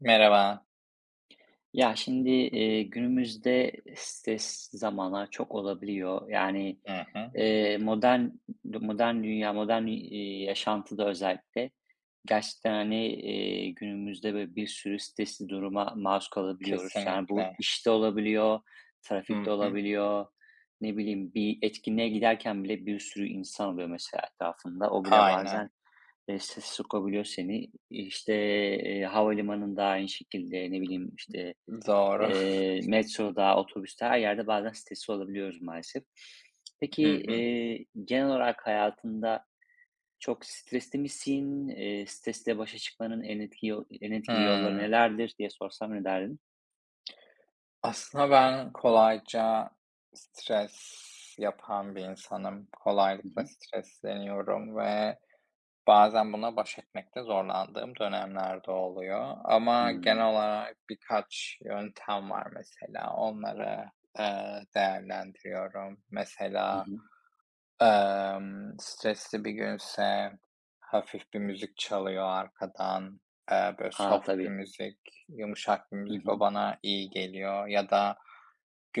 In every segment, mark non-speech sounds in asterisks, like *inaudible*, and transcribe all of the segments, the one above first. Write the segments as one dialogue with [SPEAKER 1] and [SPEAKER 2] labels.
[SPEAKER 1] Merhaba.
[SPEAKER 2] Ya, şimdi, günümüzde stres zamana çok olabiliyor. Yani,
[SPEAKER 1] Hı hı.
[SPEAKER 2] eee, modern modern dünya, modern, yaşantıda özellikle gerçekten, hani, günümüzde böyle bir sürü stresli duruma maruz kalabiliyoruz. Yani, bu
[SPEAKER 1] Kesinlikle.
[SPEAKER 2] işte olabiliyor,
[SPEAKER 1] Hı
[SPEAKER 2] trafikte
[SPEAKER 1] hı.
[SPEAKER 2] olabiliyor, ne bileyim, bir etkinliğe giderken bile bir sürü insan oluyor mesela etrafında. O bile bazen,
[SPEAKER 1] Aynen.
[SPEAKER 2] strese sokabiliyor seni. İşte, havalimanında aynı şekilde, ne bileyim, işte,
[SPEAKER 1] Doğru.
[SPEAKER 2] Metroda, otobüste, her yerde bazen stresli olabiliyoruz maalesef.
[SPEAKER 1] *laughs*
[SPEAKER 2] Peki,
[SPEAKER 1] Hı hı.
[SPEAKER 2] genel olarak hayatında çok stresli misin? Stresle başa çıkmanın en etkili yolları
[SPEAKER 1] Hımm.
[SPEAKER 2] nelerdir diye sorsam ne derdin?
[SPEAKER 1] Aslında ben kolayca stres yapan bir insanım.
[SPEAKER 2] Hı
[SPEAKER 1] Kolaylıkla
[SPEAKER 2] hı.
[SPEAKER 1] stresleniyorum ve bazen buna baş etmekte zorlandığım dönemlerde oluyor ama genel
[SPEAKER 2] Hımm.
[SPEAKER 1] olarak birkaç yöntem var mesela. Onları, değerlendiriyorum.
[SPEAKER 2] Hı
[SPEAKER 1] Mesela
[SPEAKER 2] hı.
[SPEAKER 1] Stresli bir günse hafif bir müzik çalıyor arkadan, böyle
[SPEAKER 2] A,
[SPEAKER 1] soft bir
[SPEAKER 2] tabii.
[SPEAKER 1] müzik, yumuşak bir
[SPEAKER 2] Hı
[SPEAKER 1] müzik, o
[SPEAKER 2] hı.
[SPEAKER 1] bana iyi geliyor ya da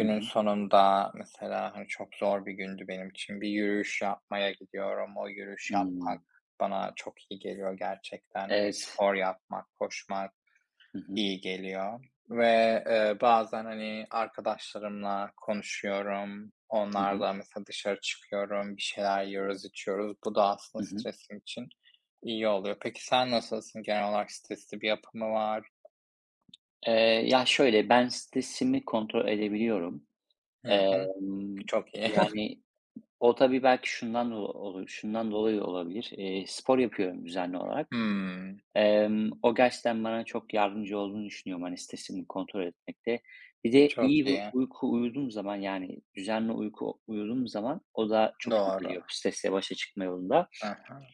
[SPEAKER 2] Hı hı.
[SPEAKER 1] sonunda mesela, hani, çok zor bir gündü benim için, bir yürüyüş yapmaya gidiyorum. O yürüyüş
[SPEAKER 2] Hımm.
[SPEAKER 1] yapmak bana çok iyi geliyor gerçekten. Hani,
[SPEAKER 2] Evet.
[SPEAKER 1] spor yapmak, koşmak.
[SPEAKER 2] Hı hı.
[SPEAKER 1] İyi geliyor ve, bazen, hani, arkadaşlarımla konuşuyorum.
[SPEAKER 2] Hı hı.
[SPEAKER 1] Onlarla mesela dışarı çıkıyorum, bir şeyler yiyoruz, içiyoruz. Bu da aslında
[SPEAKER 2] Hı hı.
[SPEAKER 1] stresim için iyi oluyor. Peki sen nasılsın? Genel olarak stresli bir yapımı var?
[SPEAKER 2] Ya, şöyle, ben stresimi kontrol edebiliyorum.
[SPEAKER 1] Hı hı.
[SPEAKER 2] Emm,
[SPEAKER 1] Çok iyi. *laughs*
[SPEAKER 2] yani, O tabii belki şundan dolayı olabilir. Spor yapıyorum düzenli olarak.
[SPEAKER 1] Hımm.
[SPEAKER 2] O gerçekten bana çok yardımcı olduğunu düşünüyorum, hani, stresimi kontrol etmekte. Bir de
[SPEAKER 1] Çok
[SPEAKER 2] iyi bir
[SPEAKER 1] iyi.
[SPEAKER 2] uyku uyuduğum zaman, yani, düzenli uyku uyuduğum zaman o da çok iyi
[SPEAKER 1] Doğru.
[SPEAKER 2] geliyor bu stresle başa çıkma yolunda.
[SPEAKER 1] Hı hı.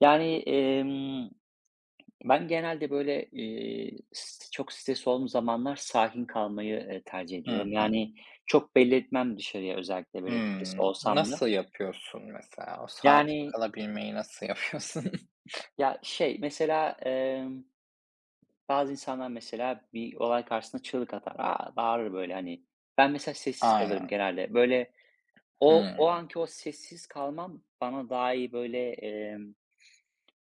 [SPEAKER 2] Yani, ben genelde, böyle, çok stresli olduğum zamanlar sakin kalmayı, tercih
[SPEAKER 1] Hı
[SPEAKER 2] ediyorum.
[SPEAKER 1] hı.
[SPEAKER 2] Yani, çok belli etmem dışarıya özellikle, böyle, stres
[SPEAKER 1] Hımm.
[SPEAKER 2] olsam da.
[SPEAKER 1] Nasıl yapıyorsun mesela? O sakin
[SPEAKER 2] Yani,
[SPEAKER 1] kalabilmeyi nasıl yapıyorsun? *laughs*
[SPEAKER 2] ya, şey, mesela, bazı insanlar mesela bir olay karşısında çığlık atar, "A!" bağırır böyle, hani. Ben mesela sessiz kalırım
[SPEAKER 1] Aynen.
[SPEAKER 2] genelde. Böyle o
[SPEAKER 1] Hımm.
[SPEAKER 2] anki o sessiz kalmam bana daha iyi böyle,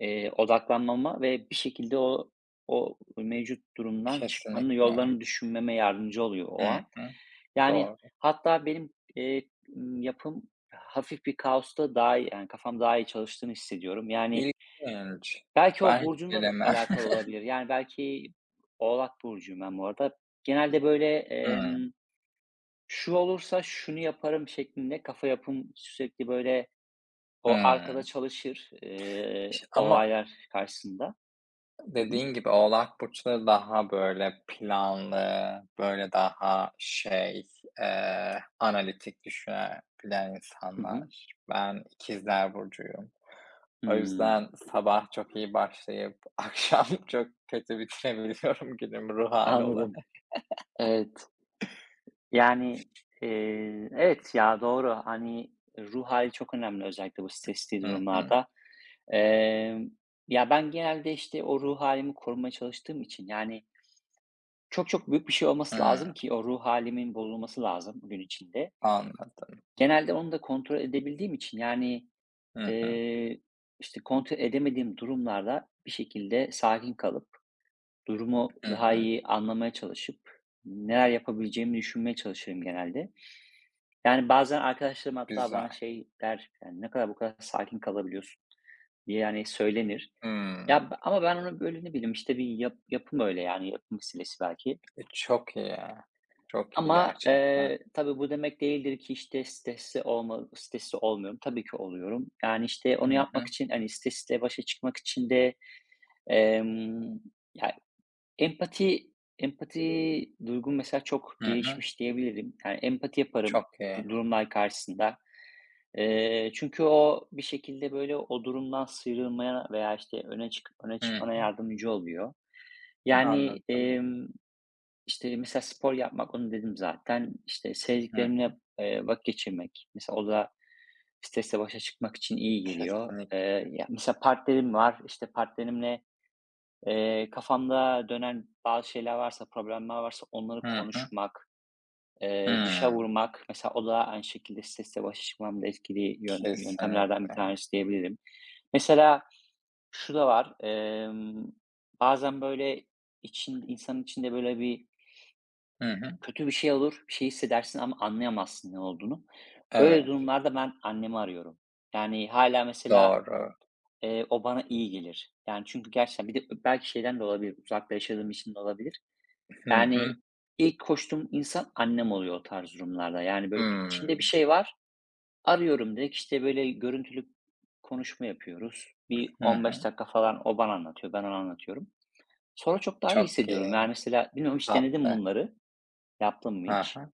[SPEAKER 2] odaklanmama ve bir şekilde o mevcut durumdan çıkmanın
[SPEAKER 1] Kesinlikle.
[SPEAKER 2] yollarını düşünmeme yardımcı oluyor o
[SPEAKER 1] Hı
[SPEAKER 2] an.
[SPEAKER 1] hı.
[SPEAKER 2] Yani,
[SPEAKER 1] Doğru.
[SPEAKER 2] hatta benim, yapım hafif bir kaosta daha iyi, yani, kafam daha iyi çalıştığını hissediyorum. Yani,
[SPEAKER 1] İlginç.
[SPEAKER 2] belki o
[SPEAKER 1] Ben hiç
[SPEAKER 2] burcumla da
[SPEAKER 1] gelemem.
[SPEAKER 2] alakalı
[SPEAKER 1] *laughs*
[SPEAKER 2] olabilir. Yani, belki Oğlak burcuyum ben bu arada. Genelde, böyle,
[SPEAKER 1] Hıı,
[SPEAKER 2] şu olursa şunu yaparım şeklinde kafa yapım sürekli, böyle, o arkada
[SPEAKER 1] hıı.
[SPEAKER 2] çalışır,
[SPEAKER 1] İşte, ama
[SPEAKER 2] olaylar karşısında. Hı hı.
[SPEAKER 1] dediğin gibi Oğlak burçları daha, böyle, planlı, böyle, daha şey, analitik düşünebilen
[SPEAKER 2] Hı hı.
[SPEAKER 1] insanlar. Ben ikizler burcuyum. O
[SPEAKER 2] Hımm.
[SPEAKER 1] yüzden sabah çok iyi başlayıp *laughs* akşam çok kötü bitirebiliyorum günümü ruh hâli olarak.
[SPEAKER 2] Anladım. Evet. Yani, evet ya, doğru. Hani, ruh hâli çok önemli özellikle bu stresli
[SPEAKER 1] Hı hı.
[SPEAKER 2] durumlarda. Emm, ya, ben genelde, işte, o ruh halimi korumaya çalıştığım için, yani, çok çok büyük bir şey olması lazım
[SPEAKER 1] Hıı.
[SPEAKER 2] ki o ruh halimin bozulması lazım gün içinde.
[SPEAKER 1] Anladım.
[SPEAKER 2] Genelde onu da kontrol edebildiğim için, yani,
[SPEAKER 1] Hı hı.
[SPEAKER 2] eee, işte, kontrol edemediğim durumlarda bir şekilde sakin kalıp, durumu
[SPEAKER 1] Hı
[SPEAKER 2] daha
[SPEAKER 1] hı.
[SPEAKER 2] iyi anlamaya çalışıp neler yapabileceğimi düşünmeye çalışırım genelde. Yani, bazen arkadaşlarım hatta bana
[SPEAKER 1] Güzel.
[SPEAKER 2] şey der, yani, "Ne kadar bu kadar sakin kalabiliyorsun?" diye, yani, söylenir.
[SPEAKER 1] Hıı.
[SPEAKER 2] Ya, ama ben onu, böyle, ne bileyim, işte, bir yapım öyle, yani, yapım meselesi belki.
[SPEAKER 1] E, çok iyi ya. Çok iyi
[SPEAKER 2] Ama,
[SPEAKER 1] gerçekten.
[SPEAKER 2] tabii bu demek değildir ki, işte, stresli olmuyorum. Tabii ki oluyorum. Yani, işte, onu
[SPEAKER 1] Hı
[SPEAKER 2] yapmak
[SPEAKER 1] hı.
[SPEAKER 2] için, hani, stresle başa çıkmak için de, emm, ya, empati empati duygum mesela çok
[SPEAKER 1] Hı hı.
[SPEAKER 2] gelişmiş diyebilirim. Yani, empati yaparım
[SPEAKER 1] Çok iyi.
[SPEAKER 2] durumlar karşısında. Çünkü o bir şekilde, böyle, o durumdan sıyrılmaya veya, işte, öne
[SPEAKER 1] Hı
[SPEAKER 2] çıkmana
[SPEAKER 1] hı.
[SPEAKER 2] yardımcı oluyor. Yani,
[SPEAKER 1] Anladım.
[SPEAKER 2] işte, mesela spor yapmak, onu dedim zaten. İşte,
[SPEAKER 1] Hı.
[SPEAKER 2] sevdiklerimle, vakit geçirmek, mesela o da stresle başa çıkmak için iyi geliyor.
[SPEAKER 1] Kesinlikle.
[SPEAKER 2] Ya, mesela partnerim var, işte, partnerimle, kafamda dönen bazı şeyler varsa, problemler varsa onları
[SPEAKER 1] Hı hı.
[SPEAKER 2] konuşmak, dışa
[SPEAKER 1] Hı,
[SPEAKER 2] vurmak, mesela o da aynı şekilde stresle başa çıkmamda etkili yöntemlerden bir
[SPEAKER 1] kesinlikle.
[SPEAKER 2] tanesi diyebilirim. Mesela şu da var, bazen böyle için insanın içinde böyle bir
[SPEAKER 1] Hı hı.
[SPEAKER 2] kötü bir şey olur, bir şey hissedersin ama anlayamazsın ne olduğunu. Öyle
[SPEAKER 1] Evet,
[SPEAKER 2] durumlarda ben annemi arıyorum. Yani hala mesela,
[SPEAKER 1] doğru.
[SPEAKER 2] o bana iyi gelir. Yani çünkü gerçekten bir de belki şeyden de olabilir, uzakta yaşadığım için de olabilir.
[SPEAKER 1] Hı hı.
[SPEAKER 2] Yani ilk koştuğum insan annem oluyor o tarz durumlarda. Yani böyle bir içimde bir
[SPEAKER 1] Hımm.
[SPEAKER 2] şey var, arıyorum direkt. İşte böyle görüntülü konuşma yapıyoruz. Bir
[SPEAKER 1] Hı
[SPEAKER 2] 15
[SPEAKER 1] hı.
[SPEAKER 2] dakika falan o bana anlatıyor, ben ona anlatıyorum. Sonra çok daha iyi
[SPEAKER 1] Çok
[SPEAKER 2] hissediyorum.
[SPEAKER 1] iyi.
[SPEAKER 2] Yani mesela bilmiyorum hiç denedim
[SPEAKER 1] Tatlı.
[SPEAKER 2] bunları? Yaptın mı
[SPEAKER 1] Hı
[SPEAKER 2] hiç?
[SPEAKER 1] hı.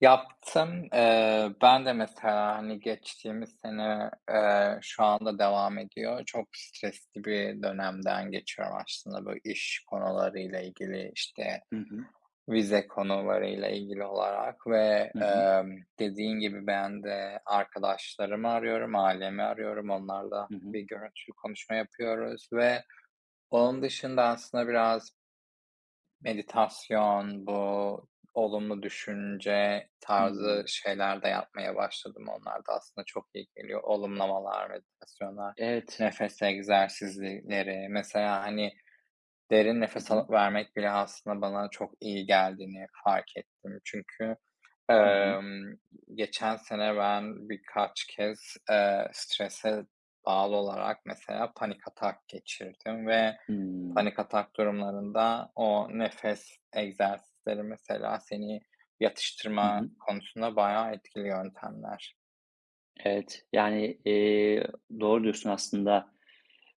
[SPEAKER 1] Yaptım. Ben de mesela, hani, geçtiğimiz sene, şu anda devam ediyor. Çok stresli bir dönemden geçiyorum aslında, böyle, iş konularıyla ilgili, işte,
[SPEAKER 2] Hı hı.
[SPEAKER 1] vize konularıyla ilgili olarak ve,
[SPEAKER 2] Hı hı.
[SPEAKER 1] dediğin gibi ben de arkadaşlarımı arıyorum, ailemi arıyorum. Onlarla
[SPEAKER 2] Hı hı.
[SPEAKER 1] bir görüntülü konuşma yapıyoruz ve onun dışında aslında biraz meditasyon, bu olumlu düşünce tarzı
[SPEAKER 2] Hımm.
[SPEAKER 1] şeyler de yapmaya başladım. Onlar da aslında çok iyi geliyor. Olumlamalar, meditasyonlar,
[SPEAKER 2] Evet.
[SPEAKER 1] nefes egzersizleri. Mesela, hani, derin
[SPEAKER 2] Hı
[SPEAKER 1] nefes
[SPEAKER 2] hı.
[SPEAKER 1] alıp vermek bile aslında bana çok iyi geldiğini fark ettim. Çünkü,
[SPEAKER 2] Hı hı.
[SPEAKER 1] emm, geçen sene ben birkaç kez, strese bağlı olarak mesela panik atak geçirdim ve
[SPEAKER 2] Hımm.
[SPEAKER 1] panik atak durumlarında o nefes egzersizleri mesela seni
[SPEAKER 2] Hı
[SPEAKER 1] yatıştırma
[SPEAKER 2] hı.
[SPEAKER 1] konusunda bayağı etkili yöntemler.
[SPEAKER 2] Evet, yani, doğru diyorsun aslında.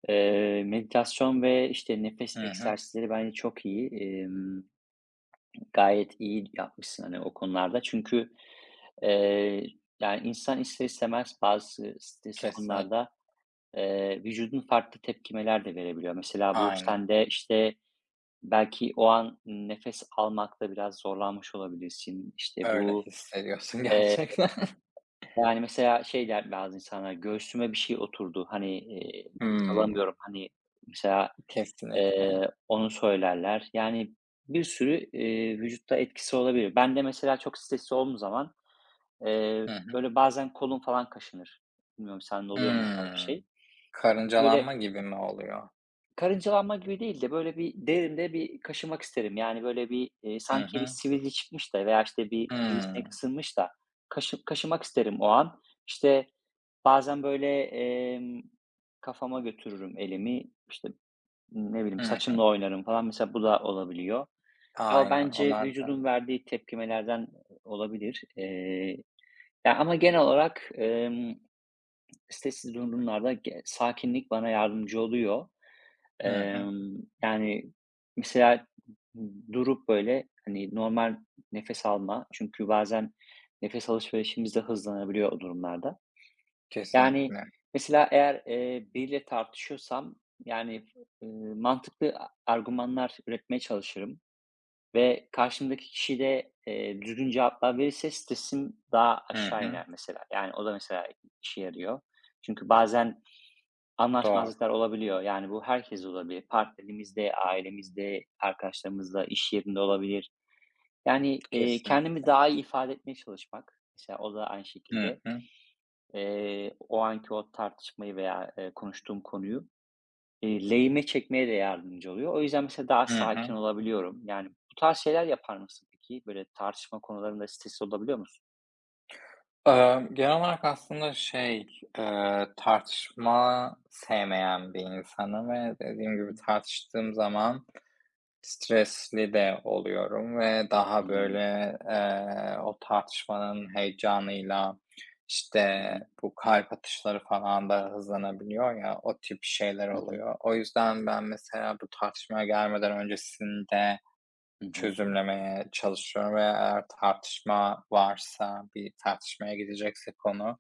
[SPEAKER 2] Meditasyon ve, işte, nefes
[SPEAKER 1] Hı hı.
[SPEAKER 2] egzersizleri bence çok iyi. Gayet iyi yapmışsın, hani, o konularda. Çünkü, eee, yani, insan ister istemez bazı stresli
[SPEAKER 1] Kesinlikle.
[SPEAKER 2] konularda, vücudun farklı tepkimeler de verebiliyor. Mesela bu
[SPEAKER 1] Aynen.
[SPEAKER 2] sende, işte, belki o an nefes almakta biraz zorlanmış olabilirsin. İşte,
[SPEAKER 1] Öyle
[SPEAKER 2] bu.
[SPEAKER 1] hissediyorsun *laughs*
[SPEAKER 2] Eee,
[SPEAKER 1] gerçekten.
[SPEAKER 2] Yani, mesela şey der bazı insanlar, "Göğsüme bir şey oturdu." hani, "Nefes
[SPEAKER 1] Hımm.
[SPEAKER 2] alamıyorum." hani, mesela,
[SPEAKER 1] Kesinlikle.
[SPEAKER 2] onu söylerler. Yani, bir sürü, vücutta etkisi olabilir. Ben de mesela çok stresli olduğum zaman,
[SPEAKER 1] Hı hı.
[SPEAKER 2] böyle, bazen kolum falan kaşınır. Bilmiyorum sende oluyor mu bu tarz bir
[SPEAKER 1] Hımm.
[SPEAKER 2] şey? Böyle.
[SPEAKER 1] Karıncalanma gibi mi oluyor?
[SPEAKER 2] Karıncalanma gibi değil de böyle bir derinde bir kaşımak isterim. Yani böyle bir,
[SPEAKER 1] Hı
[SPEAKER 2] sanki bir
[SPEAKER 1] hı.
[SPEAKER 2] sivilce çıkmış da veya işte bir sivrisinek
[SPEAKER 1] Hımm.
[SPEAKER 2] ısınmış da kaşımak isterim o an. İşte bazen böyle, kafama götürürüm elimi, işte, ne
[SPEAKER 1] Hı
[SPEAKER 2] bileyim, saçımla
[SPEAKER 1] hı.
[SPEAKER 2] oynarım falan. Mesela bu da olabiliyor. Ya,
[SPEAKER 1] Aynen,
[SPEAKER 2] bence
[SPEAKER 1] onlar da.
[SPEAKER 2] vücudun verdiği tepkimelerden olabilir. Ya, ama genel olarak, stressiz durumlarda sakinlik bana yardımcı oluyor.
[SPEAKER 1] Hı hı.
[SPEAKER 2] Yani, mesela durup, böyle, hani, normal nefes alma çünkü bazen nefes alışverişimiz de hızlanabiliyor o durumlarda. Yani,
[SPEAKER 1] Kesinlikle.
[SPEAKER 2] mesela eğer, biriyle tartışıyorsam, yani, mantıklı argümanlar üretmeye çalışırım ve karşımdaki kişi de, düzgün cevaplar verirse stresim daha
[SPEAKER 1] Hı
[SPEAKER 2] aşağı
[SPEAKER 1] hı.
[SPEAKER 2] iner mesela. Yani, o da mesela işe yarıyor. Çünkü bazen
[SPEAKER 1] Doğru.
[SPEAKER 2] anlaşmazlıklar olabiliyor. Yani bu herkes olabilir. Partnerimizde, ailemizde, arkadaşlarımızla, iş yerinde olabilir. Yani, kendimi
[SPEAKER 1] Kesinlikle.
[SPEAKER 2] daha iyi ifade etmeye çalışmak, mesela o da aynı
[SPEAKER 1] Hı
[SPEAKER 2] şekilde,
[SPEAKER 1] hı.
[SPEAKER 2] o anki o tartışmayı veya, konuştuğum konuyu, lehime çekmeye de yardımcı oluyor. O yüzden mesela daha
[SPEAKER 1] Hı hı.
[SPEAKER 2] sakin olabiliyorum. Yani bu tarz şeyler yapar mısın peki? Böyle tartışma konularında stresli olabiliyor musun?
[SPEAKER 1] Genel olarak aslında şey, tartışma sevmeyen bir insanım ve dediğim
[SPEAKER 2] Hı
[SPEAKER 1] gibi
[SPEAKER 2] hı.
[SPEAKER 1] tartıştığım zaman stresli de oluyorum ve daha
[SPEAKER 2] Hımm.
[SPEAKER 1] böyle, o tartışmanın heyecanıyla,
[SPEAKER 2] Hı
[SPEAKER 1] işte,
[SPEAKER 2] hı.
[SPEAKER 1] bu kalp atışları falan da hızlanabiliyor ya, o tip şeyler
[SPEAKER 2] Hı hı.
[SPEAKER 1] oluyor. O yüzden ben mesela bu tartışmaya gelmeden öncesinde
[SPEAKER 2] Hı hı.
[SPEAKER 1] çözümlemeye çalışıyorum ve eğer tartışma varsa, bir tartışmaya gidecekse konu.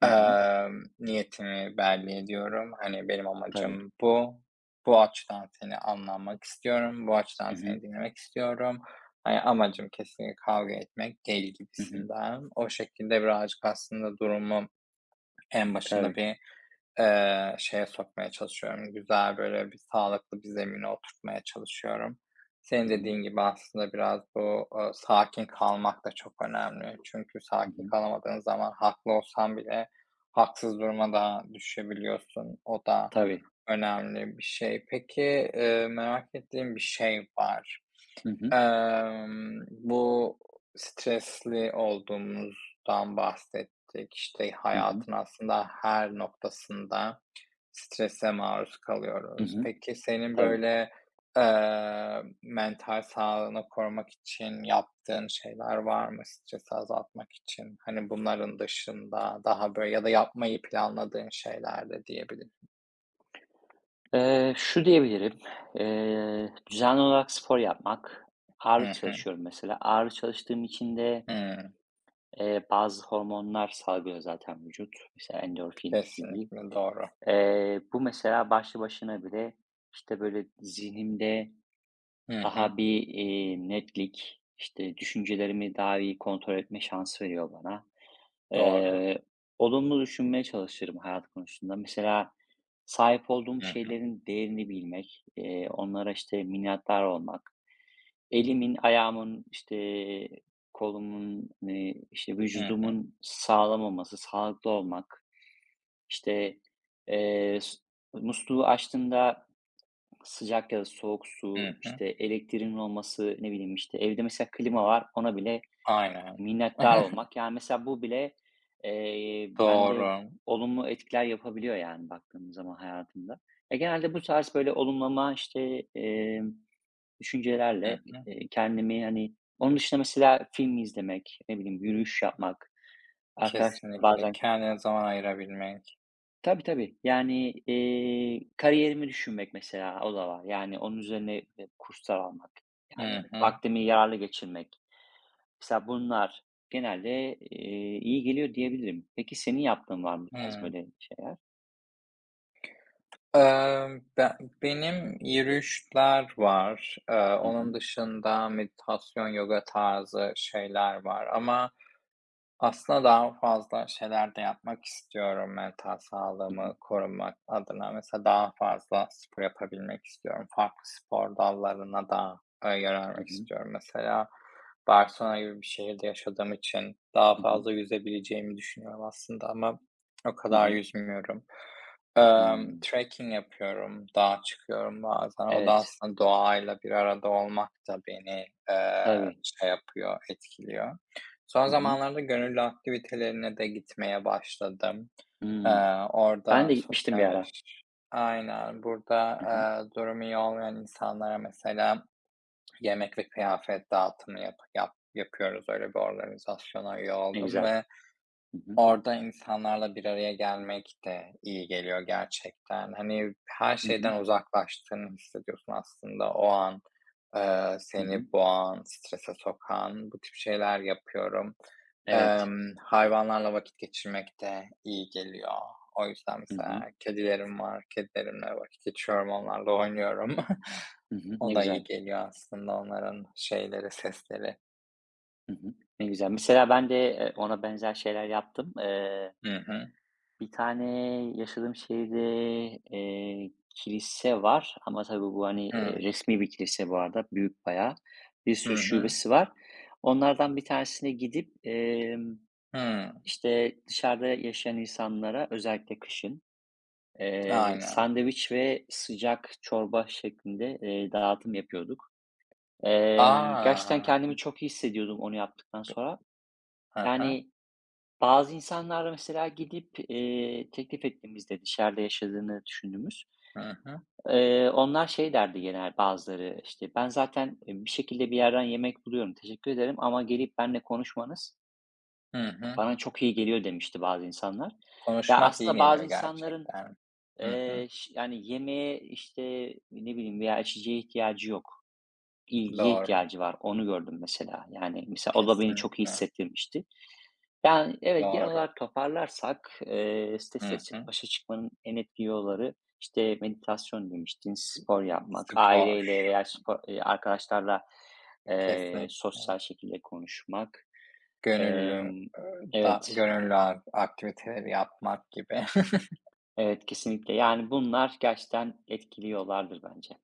[SPEAKER 2] Hı hı.
[SPEAKER 1] Niyetimi belli ediyorum. Hani, benim
[SPEAKER 2] Tabii.
[SPEAKER 1] amacım bu. Bu açıdan seni anlamak istiyorum. Bu açıdan
[SPEAKER 2] Hı hı.
[SPEAKER 1] seni dinlemek istiyorum. Hani, amacım kesinlikle kavga etmek değil
[SPEAKER 2] Hı hı.
[SPEAKER 1] gibisinden. O şekilde birazcık aslında durumu en başında
[SPEAKER 2] Tabii.
[SPEAKER 1] bir şeye sokmaya çalışıyorum, güzel, böyle, bir sağlıklı bir zemine oturtmaya çalışıyorum. Senin
[SPEAKER 2] Hı hı.
[SPEAKER 1] dediğin gibi aslında biraz bu, sakin kalmak da çok önemli. Çünkü
[SPEAKER 2] Hı
[SPEAKER 1] sakin
[SPEAKER 2] hı.
[SPEAKER 1] kalamadığın zaman haklı olsan bile haksız duruma da düşebiliyorsun. O da
[SPEAKER 2] Tabii.
[SPEAKER 1] önemli bir şey. Peki, merak ettiğim bir şey var.
[SPEAKER 2] Hı hı.
[SPEAKER 1] Bu stresli olduğumuzdan bahsettik. İşte,
[SPEAKER 2] Hı hı.
[SPEAKER 1] hayatın aslında her noktasında strese maruz
[SPEAKER 2] Hı
[SPEAKER 1] kalıyoruz.
[SPEAKER 2] hı.
[SPEAKER 1] Peki senin
[SPEAKER 2] Tabii.
[SPEAKER 1] böyle, mental sağlığını korumak için yaptığın şeyler var mı stresi azaltmak için? Hani bunların dışında daha böyle ya da yapmayı planladığın şeyler de diyebilirim.
[SPEAKER 2] Şu diyebilirim, düzenli olarak spor yapmak.
[SPEAKER 1] Hı
[SPEAKER 2] Ağırlık
[SPEAKER 1] hı.
[SPEAKER 2] çalışıyorum mesela. Ağırlık çalıştığım için de,
[SPEAKER 1] Hı.
[SPEAKER 2] bazı hormonlar salgılıyor zaten vücut. Mesela endorfin gibi.
[SPEAKER 1] Kesinlikle doğru.
[SPEAKER 2] Bu mesela başlı başına bile, işte, böyle, zihnimde
[SPEAKER 1] Hı hı.
[SPEAKER 2] daha bir, netlik, işte, düşüncelerimi daha iyi kontrol etme şansı veriyor bana.
[SPEAKER 1] Doğru.
[SPEAKER 2] Eee, olumlu düşünmeye çalışırım hayat konusunda. Mesela sahip olduğum
[SPEAKER 1] Hı hı.
[SPEAKER 2] şeylerin değerini bilmek, onlara, işte, minnettar olmak, elimin, ayağımın, işte, kolumun, hani, işte,
[SPEAKER 1] Hı hı.
[SPEAKER 2] vücudumun sağlam olması, sağlıklı olmak, işte, eee, s musluğu açtığımda sıcak ya da soğuk
[SPEAKER 1] Hı
[SPEAKER 2] su,
[SPEAKER 1] hı.
[SPEAKER 2] işte, elektriğin olması, ne bileyim, işte, evde mesela klima var, ona bile
[SPEAKER 1] Aynen.
[SPEAKER 2] minnettar
[SPEAKER 1] *laughs*
[SPEAKER 2] olmak. Yani, mesela bu bile, bende
[SPEAKER 1] Doğru.
[SPEAKER 2] olumlu etkiler yapabiliyor, yani, baktığım zaman hayatımda. Ya, genelde bu tarz böyle olumlama, işte,
[SPEAKER 1] Hı
[SPEAKER 2] düşüncelerle,
[SPEAKER 1] hı.
[SPEAKER 2] kendimi, hani onun dışında mesela film izlemek, ne bileyim, yürüyüş yapmak, arkadaşlarla
[SPEAKER 1] Kesinlikle.
[SPEAKER 2] bazen.
[SPEAKER 1] Kendine zaman ayırabilmek.
[SPEAKER 2] Tabii, tabii. Yani, kariyerimi düşünmek mesela, o da var. Yani, onun üzerine, kurslar almak, yani,
[SPEAKER 1] Hı hı.
[SPEAKER 2] vaktimi yararlı geçirmek. Mesela bunlar genelde, iyi geliyor diyebilirim. Peki senin yaptığın var mı bu tarz
[SPEAKER 1] Hıı.
[SPEAKER 2] böyle şeyler?
[SPEAKER 1] Emm, ben benim yürüyüşler var.
[SPEAKER 2] Hı
[SPEAKER 1] Onun
[SPEAKER 2] hı.
[SPEAKER 1] dışında meditasyon, yoga tarzı şeyler var ama aslında daha fazla şeyler de yapmak istiyorum mental
[SPEAKER 2] Hı hı.
[SPEAKER 1] sağlığımı korumak adına. Mesela daha fazla spor yapabilmek istiyorum. Farklı spor dallarına da,
[SPEAKER 2] Hı
[SPEAKER 1] yönelmek
[SPEAKER 2] hı.
[SPEAKER 1] istiyorum. Mesela Barcelona gibi bir şehirde yaşadığım için daha
[SPEAKER 2] Hı hı.
[SPEAKER 1] fazla yüzebileceğimi düşünüyorum aslında ama o
[SPEAKER 2] Hı
[SPEAKER 1] kadar
[SPEAKER 2] hı.
[SPEAKER 1] yüzmüyorum.
[SPEAKER 2] Hımm.
[SPEAKER 1] Trekking yapıyorum, dağa çıkıyorum bazen. O da
[SPEAKER 2] Evet,
[SPEAKER 1] aslında doğayla bir arada olmak da beni,
[SPEAKER 2] tabii.
[SPEAKER 1] şey yapıyor, etkiliyor. Son
[SPEAKER 2] Hı hı.
[SPEAKER 1] zamanlarda gönüllü aktivitelerine de gitmeye başladım.
[SPEAKER 2] Hımm.
[SPEAKER 1] Eee,
[SPEAKER 2] Ben
[SPEAKER 1] Orada
[SPEAKER 2] de gitmiştim bir ara.
[SPEAKER 1] sosyalleş. Aynen, burada,
[SPEAKER 2] Hı hı.
[SPEAKER 1] durumu iyi olmayan insanlara mesela yemek ve kıyafet dağıtımı yapıyoruz. Öyle bir organizasyona üye
[SPEAKER 2] Ne
[SPEAKER 1] oldum
[SPEAKER 2] güzel.
[SPEAKER 1] ve
[SPEAKER 2] Hı hı.
[SPEAKER 1] orada insanlarla bir araya gelmek de iyi geliyor gerçekten. Hani, her
[SPEAKER 2] Hı hı.
[SPEAKER 1] şeyden uzaklaştığını hissediyorsun aslında o an.
[SPEAKER 2] Hı hı.
[SPEAKER 1] Seni boğan, strese sokan bu tip şeyler yapıyorum.
[SPEAKER 2] Evet.
[SPEAKER 1] Hayvanlarla vakit geçirmek de iyi geliyor. O yüzden
[SPEAKER 2] Hı hı.
[SPEAKER 1] mesela kedilerim var, kedilerimle vakit geçiriyorum, onlarla oynuyorum. *laughs*
[SPEAKER 2] Hı hı. Ne
[SPEAKER 1] O da iyi
[SPEAKER 2] güzel.
[SPEAKER 1] geliyor aslında onların şeyleri, sesleri.
[SPEAKER 2] Hı hı. Ne güzel. Mesela ben de, ona benzer şeyler yaptım.
[SPEAKER 1] Hı hı.
[SPEAKER 2] Bir tane yaşadığım şehirde, kilise var ama tabii bu, hani,
[SPEAKER 1] Hı.
[SPEAKER 2] resmî bir kilise bu arada, büyük bayağı. Bir
[SPEAKER 1] Hı
[SPEAKER 2] sürü
[SPEAKER 1] hı.
[SPEAKER 2] şubesi var. Onlardan bir tanesine gidip,
[SPEAKER 1] Hı.
[SPEAKER 2] işte, dışarıda yaşayan insanlara özellikle kışın,
[SPEAKER 1] Aynen.
[SPEAKER 2] sandviç ve sıcak çorba şeklinde, dağıtım yapıyorduk. Gerçekten
[SPEAKER 1] Aa.
[SPEAKER 2] kendimi çok iyi hissediyordum onu yaptıktan sonra.
[SPEAKER 1] Hı hı.
[SPEAKER 2] Yani, bazı insanlarla mesela gidip, teklif ettiğimizde dışarıda yaşadığını düşündüğümüz,
[SPEAKER 1] Hı hı.
[SPEAKER 2] onlar şey derdi genel bazıları, işte, "Ben zaten, bir şekilde bir yerden yemek buluyorum, teşekkür ederim ama gelip benimle konuşmanız
[SPEAKER 1] Hı hı.
[SPEAKER 2] bana çok iyi geliyor." demişti bazı insanlar. Ya,
[SPEAKER 1] Konuşmak iyi
[SPEAKER 2] aslında
[SPEAKER 1] geliyor
[SPEAKER 2] bazı insanların,
[SPEAKER 1] gerçekten. Hı hı.
[SPEAKER 2] yani, yemeğe, işte, ne bileyim veya içeceğe ihtiyacı yok, ilgiye
[SPEAKER 1] Doğru.
[SPEAKER 2] ihtiyacı var. Onu gördüm mesela. Yani, mesela o da beni çok iyi
[SPEAKER 1] Kesinlikle.
[SPEAKER 2] hissettirmişti. Yani, evet, genel
[SPEAKER 1] Doğru.
[SPEAKER 2] olarak toparlarsak, stresle
[SPEAKER 1] Hı hı.
[SPEAKER 2] başa çıkmanın en etkili yolları, işte, meditasyon demiştin, spor yapmak,
[SPEAKER 1] Spor.
[SPEAKER 2] aileyle veya spo arkadaşlarla,
[SPEAKER 1] Kesinlikle.
[SPEAKER 2] sosyal şekilde konuşmak.
[SPEAKER 1] Gönüllü,
[SPEAKER 2] Emm,
[SPEAKER 1] da
[SPEAKER 2] evet,
[SPEAKER 1] gönüllü a aktiviteleri yapmak gibi. *laughs*
[SPEAKER 2] evet, kesinlikle. Yani, bunlar gerçekten etkili yollardır bence.